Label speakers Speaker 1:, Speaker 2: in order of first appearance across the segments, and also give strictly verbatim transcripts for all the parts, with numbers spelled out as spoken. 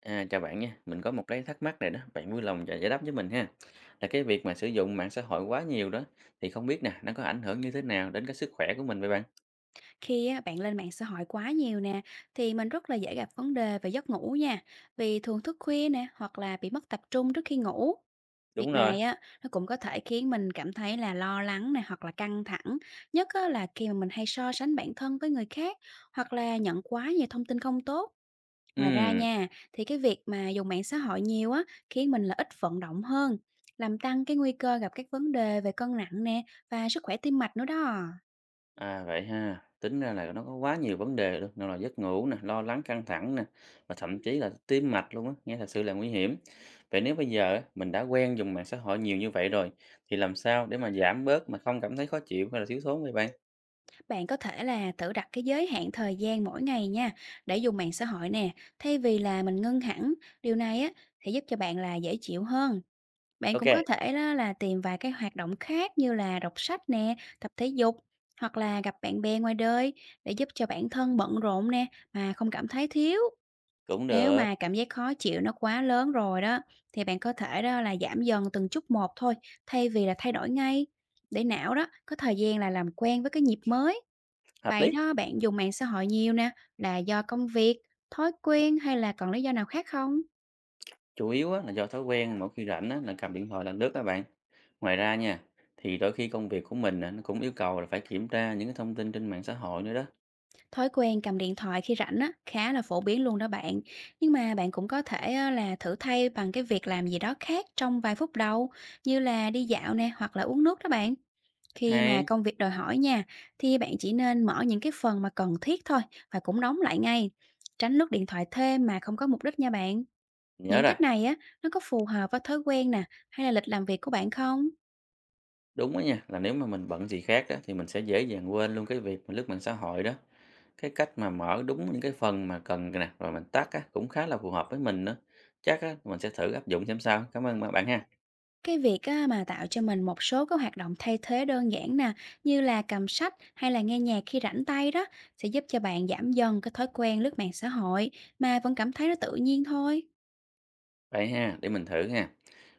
Speaker 1: À, chào bạn nha, mình có một cái thắc mắc này đó, bạn vui lòng giải giải đáp với mình ha. Là cái việc mà sử dụng mạng xã hội quá nhiều đó, thì không biết nè, nó có ảnh hưởng như thế nào đến cái sức khỏe của mình vậy bạn?
Speaker 2: Khi á, bạn lên mạng xã hội quá nhiều nè, thì mình rất là dễ gặp vấn đề về giấc ngủ nha, vì thường thức khuya nè, hoặc là bị mất tập trung trước khi ngủ.
Speaker 1: Đúng
Speaker 2: Việc
Speaker 1: rồi.
Speaker 2: này á, nó cũng có thể khiến mình cảm thấy là lo lắng nè, hoặc là căng thẳng nhất á, là khi mà mình hay so sánh bản thân với người khác, hoặc là nhận quá nhiều thông tin không tốt. Ngoài ra
Speaker 1: Ừ,
Speaker 2: nha, thì cái việc mà dùng mạng xã hội nhiều á, khiến mình là ít vận động hơn, làm tăng cái nguy cơ gặp các vấn đề về cân nặng nè, và sức khỏe tim mạch nữa đó.
Speaker 1: à vậy ha, tính ra là nó có quá nhiều vấn đề luôn, nào là giấc ngủ nè, lo lắng căng thẳng nè, và thậm chí là tim mạch luôn á, nghe thật sự là nguy hiểm. Vậy nếu bây giờ á, mình đã quen dùng mạng xã hội nhiều như vậy rồi, thì làm sao để mà giảm bớt mà không cảm thấy khó chịu hay là thiếu thốn vậy bạn?
Speaker 2: Bạn có thể là tự đặt cái giới hạn thời gian mỗi ngày nha, để dùng mạng xã hội nè, thay vì là mình ngưng hẳn. Điều này á, thì giúp cho bạn là dễ chịu hơn. Bạn
Speaker 1: Ok,
Speaker 2: cũng có thể đó là tìm vài cái hoạt động khác như là đọc sách nè, tập thể dục, hoặc là gặp bạn bè ngoài đời, để giúp cho bản thân bận rộn nè, mà không cảm thấy thiếu.
Speaker 1: cũng
Speaker 2: Nếu
Speaker 1: được,
Speaker 2: mà cảm giác khó chịu nó quá lớn rồi đó, thì bạn có thể đó là giảm dần từng chút một thôi, thay vì là thay đổi ngay, để não đó có thời gian là làm quen với cái nhịp mới.
Speaker 1: hợp
Speaker 2: Vậy
Speaker 1: lý.
Speaker 2: đó, bạn dùng mạng xã hội nhiều nè, là do công việc, thói quen, hay là còn lý do nào khác không?
Speaker 1: Chủ yếu á, là do thói quen mỗi khi rảnh á, là cầm điện thoại là lướt các bạn. Ngoài ra nha, thì đôi khi công việc của mình á, nó cũng yêu cầu là phải kiểm tra những cái thông tin trên mạng xã hội nữa đó.
Speaker 2: Thói quen cầm điện thoại khi rảnh á, khá là phổ biến luôn đó bạn. Nhưng mà bạn cũng có thể á, là thử thay bằng cái việc làm gì đó khác trong vài phút đầu, như là đi dạo nè, hoặc là uống nước đó bạn. Khi mà
Speaker 1: Hay,
Speaker 2: công việc đòi hỏi nha, thì bạn chỉ nên mở những cái phần mà cần thiết thôi, và cũng đóng lại ngay. Tránh lướt điện thoại thêm mà không có mục đích nha bạn.
Speaker 1: nhớ
Speaker 2: Những
Speaker 1: rồi,
Speaker 2: cách này á, nó có phù hợp với thói quen nè, hay là lịch làm việc của bạn không?
Speaker 1: đúng đó nha, là nếu mà mình bận gì khác đó thì mình sẽ dễ dàng quên luôn cái việc mà lướt mạng xã hội đó. Cái cách mà mở đúng những cái phần mà cần nè, rồi mình tắt á, cũng khá là phù hợp với mình nữa. Chắc á, mình sẽ thử áp dụng xem sao. Cảm ơn bạn ha.
Speaker 2: Cái việc á, mà tạo cho mình một số cái hoạt động thay thế đơn giản nè, như là cầm sách hay là nghe nhạc khi rảnh tay đó, sẽ giúp cho bạn giảm dần cái thói quen lướt mạng xã hội, mà vẫn cảm thấy nó tự nhiên thôi.
Speaker 1: Vậy ha, để mình thử ha.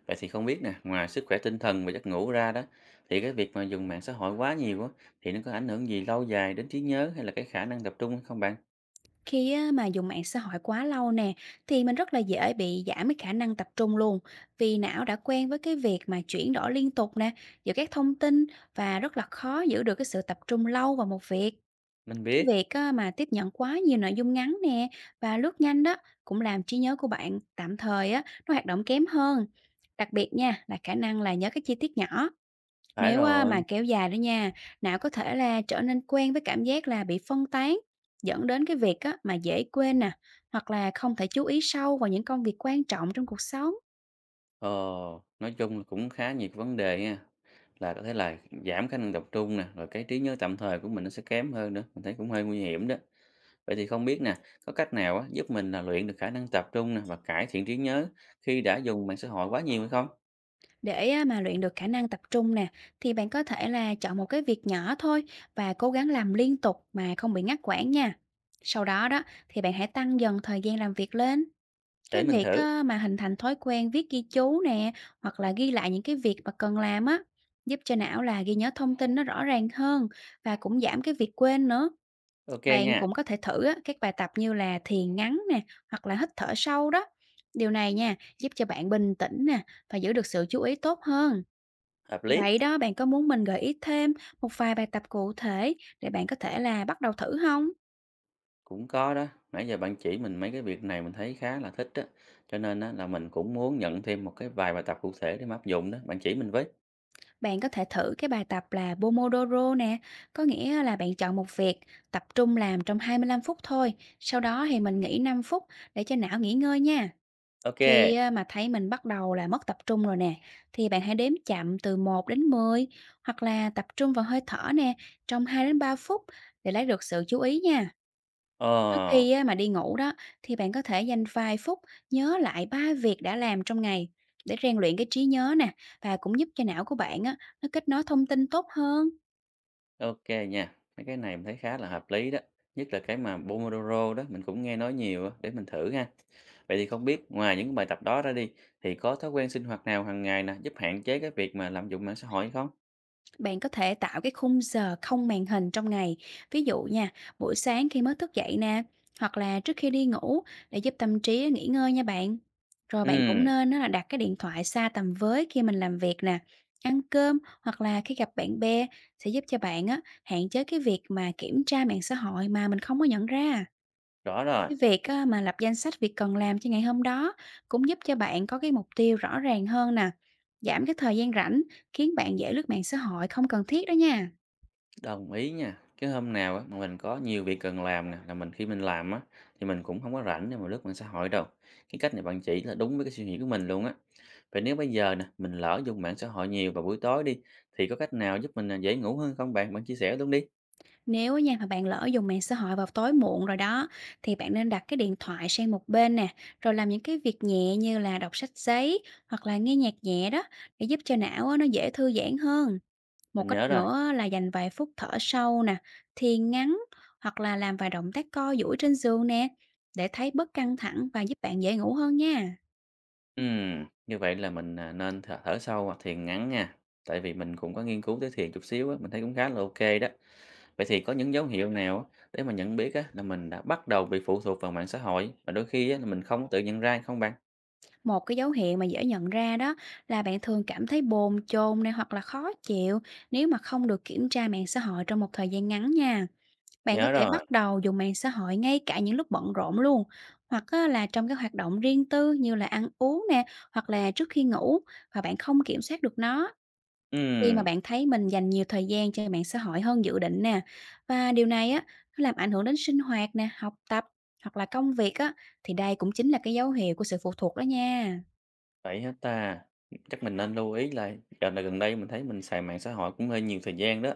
Speaker 1: Vậy thì không biết nè, ngoài sức khỏe tinh thần và giấc ngủ ra đó, thì cái việc mà dùng mạng xã hội quá nhiều á, thì nó có ảnh hưởng gì lâu dài đến trí nhớ hay là cái khả năng tập trung hay không bạn?
Speaker 2: Khi á, mà dùng mạng xã hội quá lâu nè, thì mình rất là dễ bị giảm cái khả năng tập trung luôn, vì não đã quen với cái việc mà chuyển đổi liên tục nè, giữa các thông tin, và rất là khó giữ được cái sự tập trung lâu vào một việc.
Speaker 1: Mình
Speaker 2: Cái
Speaker 1: biết,
Speaker 2: việc á, mà tiếp nhận quá nhiều nội dung ngắn nè, và lướt nhanh đó, cũng làm trí nhớ của bạn tạm thời á, nó hoạt động kém hơn. Đặc biệt nha, là khả năng là nhớ các chi tiết nhỏ.
Speaker 1: phải
Speaker 2: Nếu á,
Speaker 1: rồi.
Speaker 2: mà kéo dài đó nha, não có thể là trở nên quen với cảm giác là bị phân tán, dẫn đến cái việc á, mà dễ quên nè, hoặc là không thể chú ý sâu vào những công việc quan trọng trong cuộc sống.
Speaker 1: Ờ, nói chung là cũng khá nhiều cái vấn đề nha. Là có thể là giảm khả năng tập trung nè, rồi cái trí nhớ tạm thời của mình nó sẽ kém hơn nữa. Mình thấy cũng hơi nguy hiểm đó. Vậy thì không biết nè, có cách nào á, giúp mình là luyện được khả năng tập trung nè và cải thiện trí nhớ khi đã dùng mạng xã hội quá nhiều hay không?
Speaker 2: Để á, mà luyện được khả năng tập trung nè, thì bạn có thể là chọn một cái việc nhỏ thôi, và cố gắng làm liên tục mà không bị ngắt quãng nha. Sau đó đó, thì bạn hãy tăng dần thời gian làm việc lên. Cái
Speaker 1: Để mình
Speaker 2: việc
Speaker 1: thử.
Speaker 2: á, mà hình thành thói quen viết ghi chú nè, hoặc là ghi lại những cái việc mà cần làm á, giúp cho não là ghi nhớ thông tin nó rõ ràng hơn, và cũng giảm cái việc quên nữa.
Speaker 1: Ok
Speaker 2: Bạn
Speaker 1: nha,
Speaker 2: cũng có thể thử á, các bài tập như là thiền ngắn nè, hoặc là hít thở sâu đó. Điều này nha, giúp cho bạn bình tĩnh nè, và giữ được sự chú ý tốt hơn.
Speaker 1: hợp lý.
Speaker 2: Vậy đó, bạn có muốn mình gợi ý thêm một vài bài tập cụ thể để bạn có thể là bắt đầu thử không?
Speaker 1: Cũng có đó, nãy giờ bạn chỉ mình mấy cái việc này mình thấy khá là thích đó, cho nên á là mình cũng muốn nhận thêm một cái vài bài tập cụ thể để mà áp dụng đó, bạn chỉ mình với.
Speaker 2: Bạn có thể thử cái bài tập là Pomodoro nè, có nghĩa là bạn chọn một việc tập trung làm trong hai mươi lăm phút thôi, sau đó thì mình nghỉ năm phút để cho não nghỉ ngơi nha.
Speaker 1: Ok,
Speaker 2: Khi,
Speaker 1: kê,
Speaker 2: a, mà thấy mình bắt đầu là mất tập trung rồi nè, thì bạn hãy đếm chậm từ một đến mười, hoặc là tập trung vào hơi thở nè, trong hai đến ba phút để lấy được sự chú ý nha. Trước
Speaker 1: ờ,
Speaker 2: khi á, mà đi ngủ đó, thì bạn có thể dành vài phút nhớ lại ba việc đã làm trong ngày, để rèn luyện cái trí nhớ nè, và cũng giúp cho não của bạn á, nó kết nối thông tin tốt hơn.
Speaker 1: ô nha, mấy cái này mình thấy khá là hợp lý đó, nhất là cái mà Pomodoro đó, mình cũng nghe nói nhiều á, để mình thử ha. Vậy thì không biết ngoài những cái bài tập đó ra đi, thì có thói quen sinh hoạt nào hàng ngày nè, giúp hạn chế cái việc mà lạm dụng mạng xã hội không?
Speaker 2: Bạn có thể tạo cái khung giờ không màn hình trong ngày, ví dụ nha, buổi sáng khi mới thức dậy nè, hoặc là trước khi đi ngủ, để giúp tâm trí nghỉ ngơi nha bạn. Rồi bạn cũng
Speaker 1: Ừm,
Speaker 2: nên á, là đặt cái điện thoại xa tầm với khi mình làm việc nè, ăn cơm, hoặc là khi gặp bạn bè, sẽ giúp cho bạn á, hạn chế cái việc mà kiểm tra mạng xã hội mà mình không có nhận ra.
Speaker 1: rõ rồi.
Speaker 2: Cái việc á, mà lập danh sách việc cần làm cho ngày hôm đó cũng giúp cho bạn có cái mục tiêu rõ ràng hơn nè, giảm cái thời gian rảnh, khiến bạn dễ lướt mạng xã hội không cần thiết đó nha.
Speaker 1: Đồng ý nha. Cái hôm nào á mà mình có nhiều việc cần làm nè, là mình khi mình làm á thì mình cũng không có rảnh để mà lướt mạng xã hội đâu. Cái cách này bạn chỉ là đúng với cái suy nghĩ của mình luôn á. Vậy nếu bây giờ nè, mình lỡ dùng mạng xã hội nhiều vào buổi tối đi thì có cách nào giúp mình à, dễ ngủ hơn không bạn? Bạn chia sẻ luôn đi.
Speaker 2: Nếu á nha, mà bạn lỡ dùng mạng xã hội vào tối muộn rồi đó, thì bạn nên đặt cái điện thoại sang một bên nè, rồi làm những cái việc nhẹ như là đọc sách giấy, hoặc là nghe nhạc nhẹ đó, để giúp cho não á, nó dễ thư giãn hơn. Một
Speaker 1: Mình
Speaker 2: cách
Speaker 1: nhớ rồi.
Speaker 2: nữa là dành vài phút thở sâu nè, thiền ngắn, hoặc là làm vài động tác co duỗi trên giường nè, để thấy bớt căng thẳng và giúp bạn dễ ngủ hơn nha.
Speaker 1: Ừm, như vậy là mình à, nên thở, thở sâu hoặc thiền ngắn nha. Tại vì mình cũng có nghiên cứu tới thiền chút xíu á, mình thấy cũng khá là ok đó. Vậy thì có những dấu hiệu nào á để mà nhận biết á là mình đã bắt đầu bị phụ thuộc vào mạng xã hội mà đôi khi á là mình không có tự nhận ra không bạn?
Speaker 2: Một cái dấu hiệu mà dễ nhận ra đó là bạn thường cảm thấy bồn chồn này, hoặc là khó chịu, nếu mà không được kiểm tra mạng xã hội trong một thời gian ngắn nha. Bạn có
Speaker 1: Nhớ
Speaker 2: thể
Speaker 1: rồi,
Speaker 2: bắt đầu dùng mạng xã hội ngay cả những lúc bận rộn luôn, hoặc á là trong các hoạt động riêng tư như là ăn uống nè, hoặc là trước khi ngủ, và bạn không kiểm soát được nó. Khi mà
Speaker 1: ừm,
Speaker 2: bạn thấy mình dành nhiều thời gian cho mạng xã hội hơn dự định nè, và điều này á, nó làm ảnh hưởng đến sinh hoạt nè, học tập, hoặc là công việc á, thì đây cũng chính là cái dấu hiệu của sự phụ thuộc đó nha.
Speaker 1: vậy hả ta? Chắc mình nên lưu ý lại, dạo này gần đây mình thấy mình xài mạng xã hội cũng hơi nhiều thời gian đó.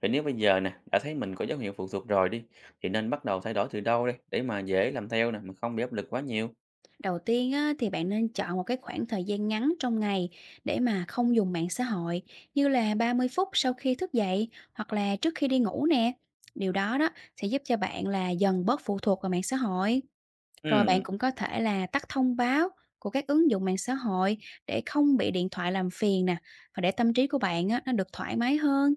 Speaker 1: Vậy nếu bây giờ nè, đã thấy mình có dấu hiệu phụ thuộc rồi đi, thì nên bắt đầu thay đổi từ đâu đây, để mà dễ làm theo nè, mà không bị áp lực quá nhiều.
Speaker 2: Đầu tiên á, thì bạn nên chọn một cái khoảng thời gian ngắn trong ngày để mà không dùng mạng xã hội, như là ba mươi phút sau khi thức dậy, hoặc là trước khi đi ngủ nè. Điều đó đó, sẽ giúp cho bạn là dần bớt phụ thuộc vào mạng xã hội. Rồi bạn
Speaker 1: Ừm,
Speaker 2: cũng có thể là tắt thông báo của các ứng dụng mạng xã hội để không bị điện thoại làm phiền nè, và để tâm trí của bạn á, nó được thoải mái hơn.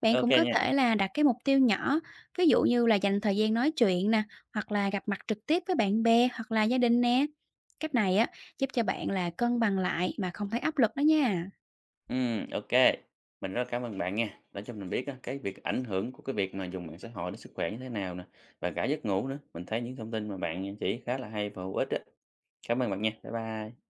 Speaker 2: Bạn
Speaker 1: ok
Speaker 2: cũng có
Speaker 1: nha,
Speaker 2: thể là đặt cái mục tiêu nhỏ, ví dụ như là dành thời gian nói chuyện nè, hoặc là gặp mặt trực tiếp với bạn bè hoặc là gia đình nè. Cách này á, giúp cho bạn là cân bằng lại mà không thấy áp lực đó nha.
Speaker 1: ừm, ok. Mình rất là cảm ơn bạn nha, đã cho mình biết á, cái việc ảnh hưởng của cái việc mà dùng mạng xã hội đến sức khỏe như thế nào nè, và cả giấc ngủ nữa. Mình thấy những thông tin mà bạn chỉ khá là hay và hữu ích á. Cảm ơn bạn nha, bye bye.